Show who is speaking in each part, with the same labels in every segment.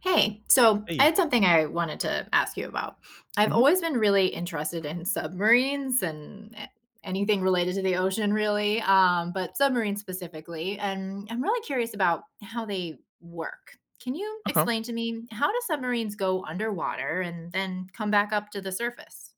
Speaker 1: Hey, so I
Speaker 2: Hey.
Speaker 1: had something I wanted to ask you about. I've
Speaker 2: Hmm.
Speaker 1: always been really interested in submarines and anything related to the ocean, really, but submarines specifically. And I'm really curious about how they work. Can you
Speaker 2: Okay.
Speaker 1: explain to me, how do submarines go underwater and then come back up to the surface?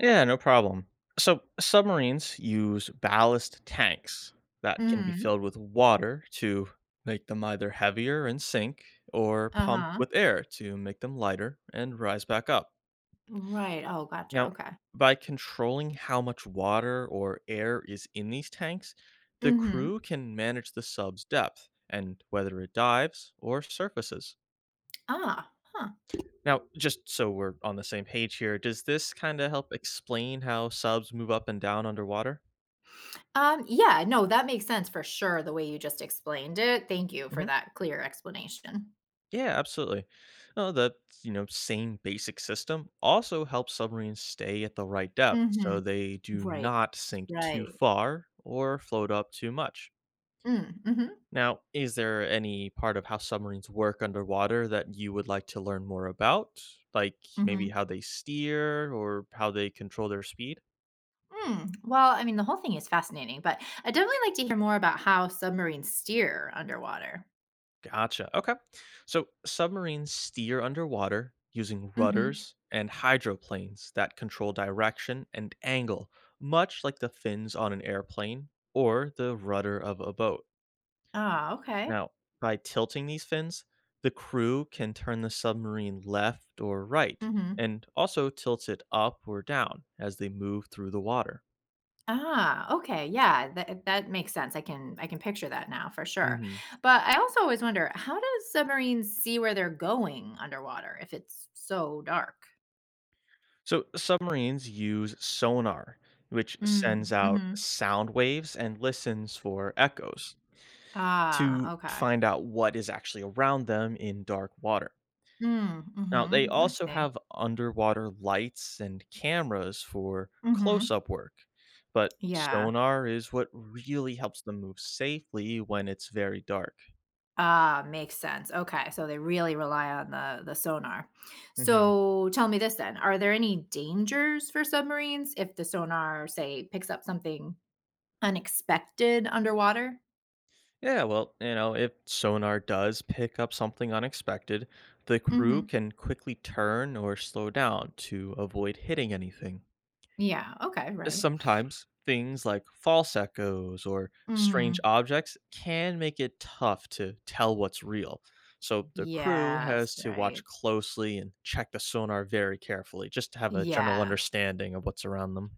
Speaker 2: Yeah, no problem. So, submarines use ballast tanks that can be
Speaker 1: Mm.
Speaker 2: filled with water to make them either heavier and sink or
Speaker 1: Uh
Speaker 2: pumped
Speaker 1: huh.
Speaker 2: with air to make them lighter and rise back up.
Speaker 1: Right. Oh, gotcha.
Speaker 2: Now,
Speaker 1: Okay.
Speaker 2: by controlling how much water or air is in these tanks, the
Speaker 1: Mm hmm.
Speaker 2: crew can manage the sub's depth and whether it dives or surfaces.
Speaker 1: Ah, huh.
Speaker 2: Now, just so we're on the same page here, does this kinda help explain how subs move up and down underwater?
Speaker 1: Yeah, no, that makes sense for sure, the way you just explained it. Thank you for
Speaker 2: Mhm.
Speaker 1: that clear explanation.
Speaker 2: Yeah, absolutely. Oh, the same basic system also helps submarines stay at the right depth so
Speaker 1: Mhm.
Speaker 2: they do
Speaker 1: Right,
Speaker 2: not sink too
Speaker 1: right.
Speaker 2: far or float up too much.
Speaker 1: Mm, mhm,
Speaker 2: Now, is there any part of how submarines work underwater that you would like to learn more about? Like maybe
Speaker 1: mhm.
Speaker 2: how they steer or how they control their speed?
Speaker 1: Well, I mean, the whole thing is fascinating, but I'd definitely like to hear more about how submarines steer underwater.
Speaker 2: Gotcha. Okay. So submarines steer underwater using
Speaker 1: Mhm.
Speaker 2: rudders and hydroplanes that control direction and angle, much like the fins on an airplane or the rudder of a boat.
Speaker 1: Ah, okay.
Speaker 2: Now, by tilting these fins, the crew can turn the submarine left or right
Speaker 1: Mhm.
Speaker 2: and also tilt it up or down as they move through the water.
Speaker 1: Ah, okay. Yeah, that makes sense. I can picture that now for sure. But I also always wonder, how do submarines see where they're going underwater if it's so dark?
Speaker 2: So submarines use sonar, which sends
Speaker 1: Mm,
Speaker 2: out
Speaker 1: mhm.
Speaker 2: sound waves and listens for echoes
Speaker 1: Ah,
Speaker 2: to
Speaker 1: okay.
Speaker 2: find out what is actually around them in dark water.
Speaker 1: Mm,
Speaker 2: Now, they
Speaker 1: mhm. I
Speaker 2: also
Speaker 1: see.
Speaker 2: have underwater lights and cameras for close
Speaker 1: Mhm.
Speaker 2: up work, but
Speaker 1: Yeah.
Speaker 2: sonar is what really helps them move safely when it's very dark.
Speaker 1: Ah, makes sense. Okay, so they really rely on the sonar.
Speaker 2: Mhm.
Speaker 1: So tell me this then, are there any dangers for submarines if the sonar, say, picks up something unexpected underwater?
Speaker 2: Yeah, well, if sonar does pick up something unexpected, the crew
Speaker 1: Mhm.
Speaker 2: can quickly turn or slow down to avoid hitting anything.
Speaker 1: Yeah, okay, right.
Speaker 2: Sometimes things like false echoes or strange
Speaker 1: Mhm.
Speaker 2: objects can make it tough to tell what's real. So the crew has
Speaker 1: Yes,
Speaker 2: to watch
Speaker 1: right.
Speaker 2: closely and check the sonar very carefully just to have a general
Speaker 1: Yeah.
Speaker 2: understanding of what's around them.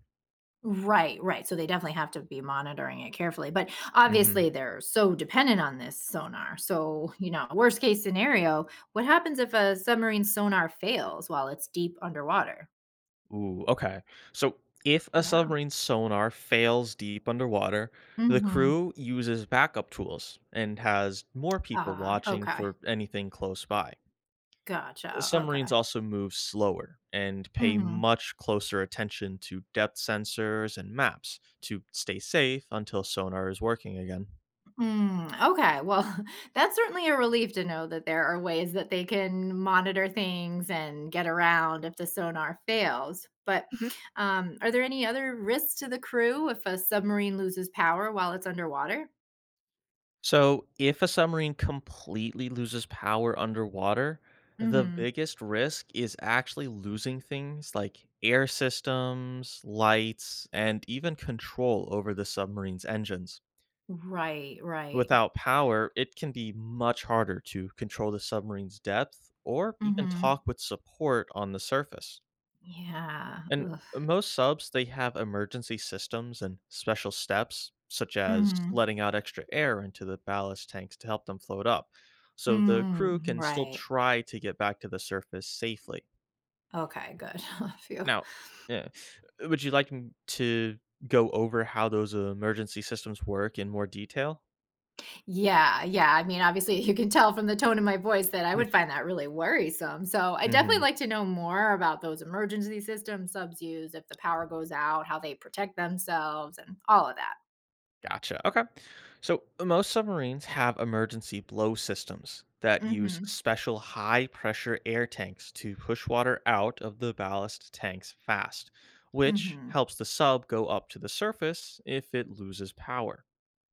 Speaker 1: Right, right. So they definitely have to be monitoring it carefully. But
Speaker 2: Mhm.
Speaker 1: obviously, they're so dependent on this sonar. So, worst case scenario, what happens if a submarine sonar fails while it's deep underwater?
Speaker 2: Ooh, okay. So if a
Speaker 1: Yeah.
Speaker 2: submarine's sonar fails deep underwater, the
Speaker 1: Mm-hmm.
Speaker 2: crew uses backup tools and has more people
Speaker 1: Ah,
Speaker 2: watching
Speaker 1: okay.
Speaker 2: for anything close by.
Speaker 1: Gotcha.
Speaker 2: Submarines
Speaker 1: Okay.
Speaker 2: also move slower and pay
Speaker 1: Mm-hmm.
Speaker 2: much closer attention to depth sensors and maps to stay safe until sonar is working again.
Speaker 1: Mm, okay. Well, that's certainly a relief to know that there are ways that they can monitor things and get around if the sonar fails. But are there any other risks to the crew if a submarine loses power while it's underwater?
Speaker 2: So, if a submarine completely loses power underwater, the
Speaker 1: Hmm.
Speaker 2: biggest risk is actually losing things like air systems, lights, and even control over the submarine's engines.
Speaker 1: Right, right.
Speaker 2: Without power, it can be much harder to control the submarine's depth or even
Speaker 1: Hmm.
Speaker 2: talk with support on the surface.
Speaker 1: Yeah.
Speaker 2: And
Speaker 1: Ugh.
Speaker 2: most subs, they have emergency systems and special steps, such as
Speaker 1: Hmm.
Speaker 2: letting out extra air into the ballast tanks to help them float up, so the crew
Speaker 1: Mm,
Speaker 2: can still
Speaker 1: right.
Speaker 2: try to get back to the surface safely.
Speaker 1: Okay, good. Phew.
Speaker 2: Now, yeah, would you like me to go over how those emergency systems work in more detail?
Speaker 1: Yeah, yeah. I mean, obviously, you can tell from the tone in my voice that I would find that really worrisome. So, I definitely
Speaker 2: Hmm.
Speaker 1: like to know more about those emergency systems subs use if the power goes out, how they protect themselves, and all of that.
Speaker 2: Gotcha. Okay. So most submarines have emergency blow systems that use
Speaker 1: Mm-hmm.
Speaker 2: special high pressure air tanks to push water out of the ballast tanks fast, which
Speaker 1: Mm-hmm.
Speaker 2: helps the sub go up to the surface if it loses power.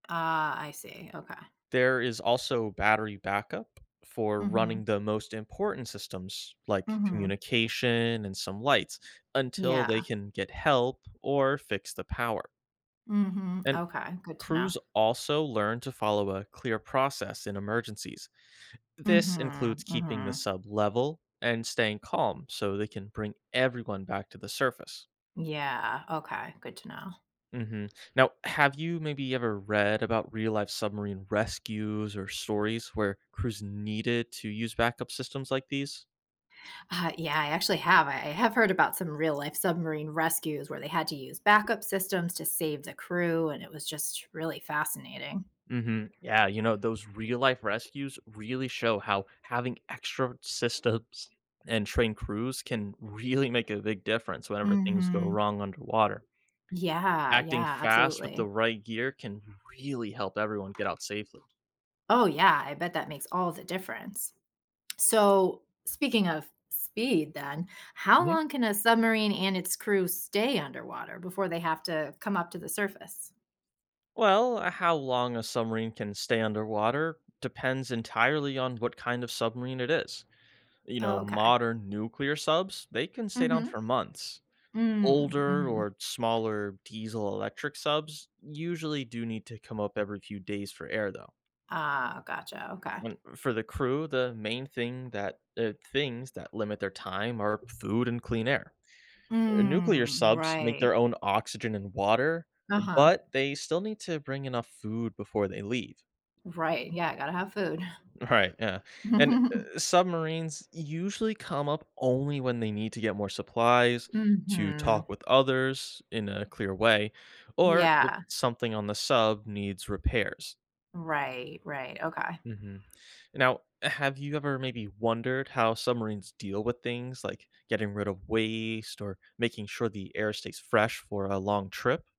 Speaker 1: Ah, I see. Okay.
Speaker 2: There is also battery backup for
Speaker 1: Mm-hmm.
Speaker 2: running the most important systems like
Speaker 1: Mm-hmm.
Speaker 2: communication and some lights until they
Speaker 1: Yeah.
Speaker 2: can get help or fix the power.
Speaker 1: Mm-hmm.
Speaker 2: And
Speaker 1: Okay. Good to know.
Speaker 2: crews also learn to follow a clear process in emergencies. This
Speaker 1: Mm-hmm.
Speaker 2: includes keeping the
Speaker 1: Mm-hmm.
Speaker 2: sub level and staying calm so they can bring everyone back to the surface.
Speaker 1: Yeah. Okay. Good to know.
Speaker 2: hmm Now, have you maybe ever read about real life submarine rescues or stories where crews needed to use backup systems like these?
Speaker 1: Yeah, I actually have. I have heard about some real life submarine rescues where they had to use backup systems to save the crew, and it was just really fascinating.
Speaker 2: Mhm. Yeah, those real life rescues really show how having extra systems and trained crews can really make a big difference whenever things go
Speaker 1: Hmm.
Speaker 2: wrong underwater.
Speaker 1: Yeah,
Speaker 2: Acting
Speaker 1: yeah,
Speaker 2: fast with the
Speaker 1: absolutely.
Speaker 2: right gear can really help everyone get out safely.
Speaker 1: Oh, yeah, I bet that makes all the difference. So, speaking of speed, then, how
Speaker 2: Mhm.
Speaker 1: long can a submarine and its crew stay underwater before they have to come up to the surface?
Speaker 2: Well, how long a submarine can stay underwater depends entirely on what kind of submarine it is.
Speaker 1: Oh, okay.
Speaker 2: Modern nuclear subs, they can stay down
Speaker 1: Mm-hmm.
Speaker 2: for months. Older
Speaker 1: Mm-hmm.
Speaker 2: or smaller diesel electric subs usually do need to come up every few days for air though.
Speaker 1: Ah, gotcha. Okay.
Speaker 2: And for the crew, the main things that limit their time are food and clean air. Nuclear
Speaker 1: Mm,
Speaker 2: subs make
Speaker 1: right.
Speaker 2: their own oxygen and water,
Speaker 1: Uh-huh.
Speaker 2: but they still need to bring enough food before they leave.
Speaker 1: Right, yeah, gotta have food.
Speaker 2: Right, yeah, and, submarines usually come up only when they need to get more supplies, to
Speaker 1: Mhm.
Speaker 2: talk with others in a clear way, or if
Speaker 1: Yeah.
Speaker 2: something on the sub needs repairs.
Speaker 1: Right, right, okay.
Speaker 2: Mhm. Now, have you ever maybe wondered how submarines deal with things like getting rid of waste or making sure the air stays fresh for a long trip?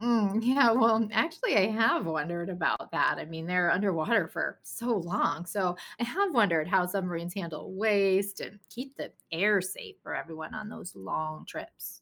Speaker 1: Mm, yeah, well, actually, I have wondered about that. I mean, they're underwater for so long, so I have wondered how submarines handle waste and keep the air safe for everyone on those long trips.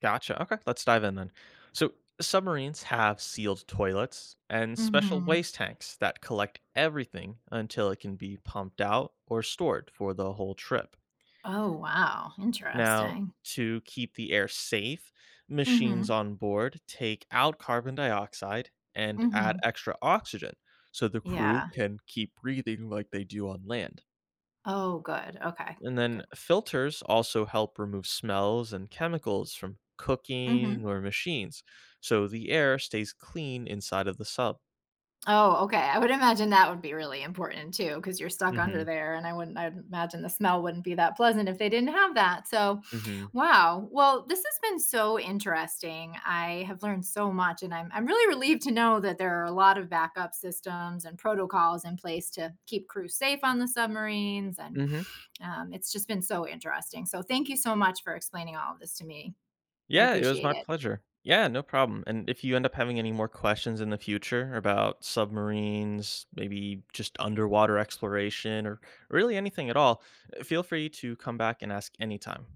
Speaker 2: Gotcha. Okay, let's dive in then. So, submarines have sealed toilets and special
Speaker 1: Mhm.
Speaker 2: waste tanks that collect everything until it can be pumped out or stored for the whole trip.
Speaker 1: Oh, wow,
Speaker 2: Now,
Speaker 1: interesting.
Speaker 2: to keep the air safe, machines
Speaker 1: Mhm,
Speaker 2: on board take out carbon dioxide and add
Speaker 1: mhm.
Speaker 2: extra oxygen so the crew
Speaker 1: Yeah.
Speaker 2: can keep breathing like they do on land.
Speaker 1: Oh, good, okay,
Speaker 2: And then
Speaker 1: good.
Speaker 2: filters also help remove smells and chemicals from cooking
Speaker 1: Mhm.
Speaker 2: or machines, so the air stays clean inside of the sub.
Speaker 1: Oh, okay. I would imagine that would be really important too, because you're stuck
Speaker 2: Mm-hmm.
Speaker 1: under there, and I wouldn't. I'd imagine the smell wouldn't be that pleasant if they didn't have that. So,
Speaker 2: Mm-hmm.
Speaker 1: wow. Well, this has been so interesting. I have learned so much, and I'm really relieved to know that there are a lot of backup systems and protocols in place to keep crews safe on the submarines. And
Speaker 2: Mm-hmm.
Speaker 1: it's just been so interesting. So, thank you so much for explaining all of this to me. I
Speaker 2: Yeah, it was
Speaker 1: appreciate
Speaker 2: my
Speaker 1: it.
Speaker 2: pleasure. Yeah, no problem. And if you end up having any more questions in the future about submarines, maybe just underwater exploration, or really anything at all, feel free to come back and ask anytime.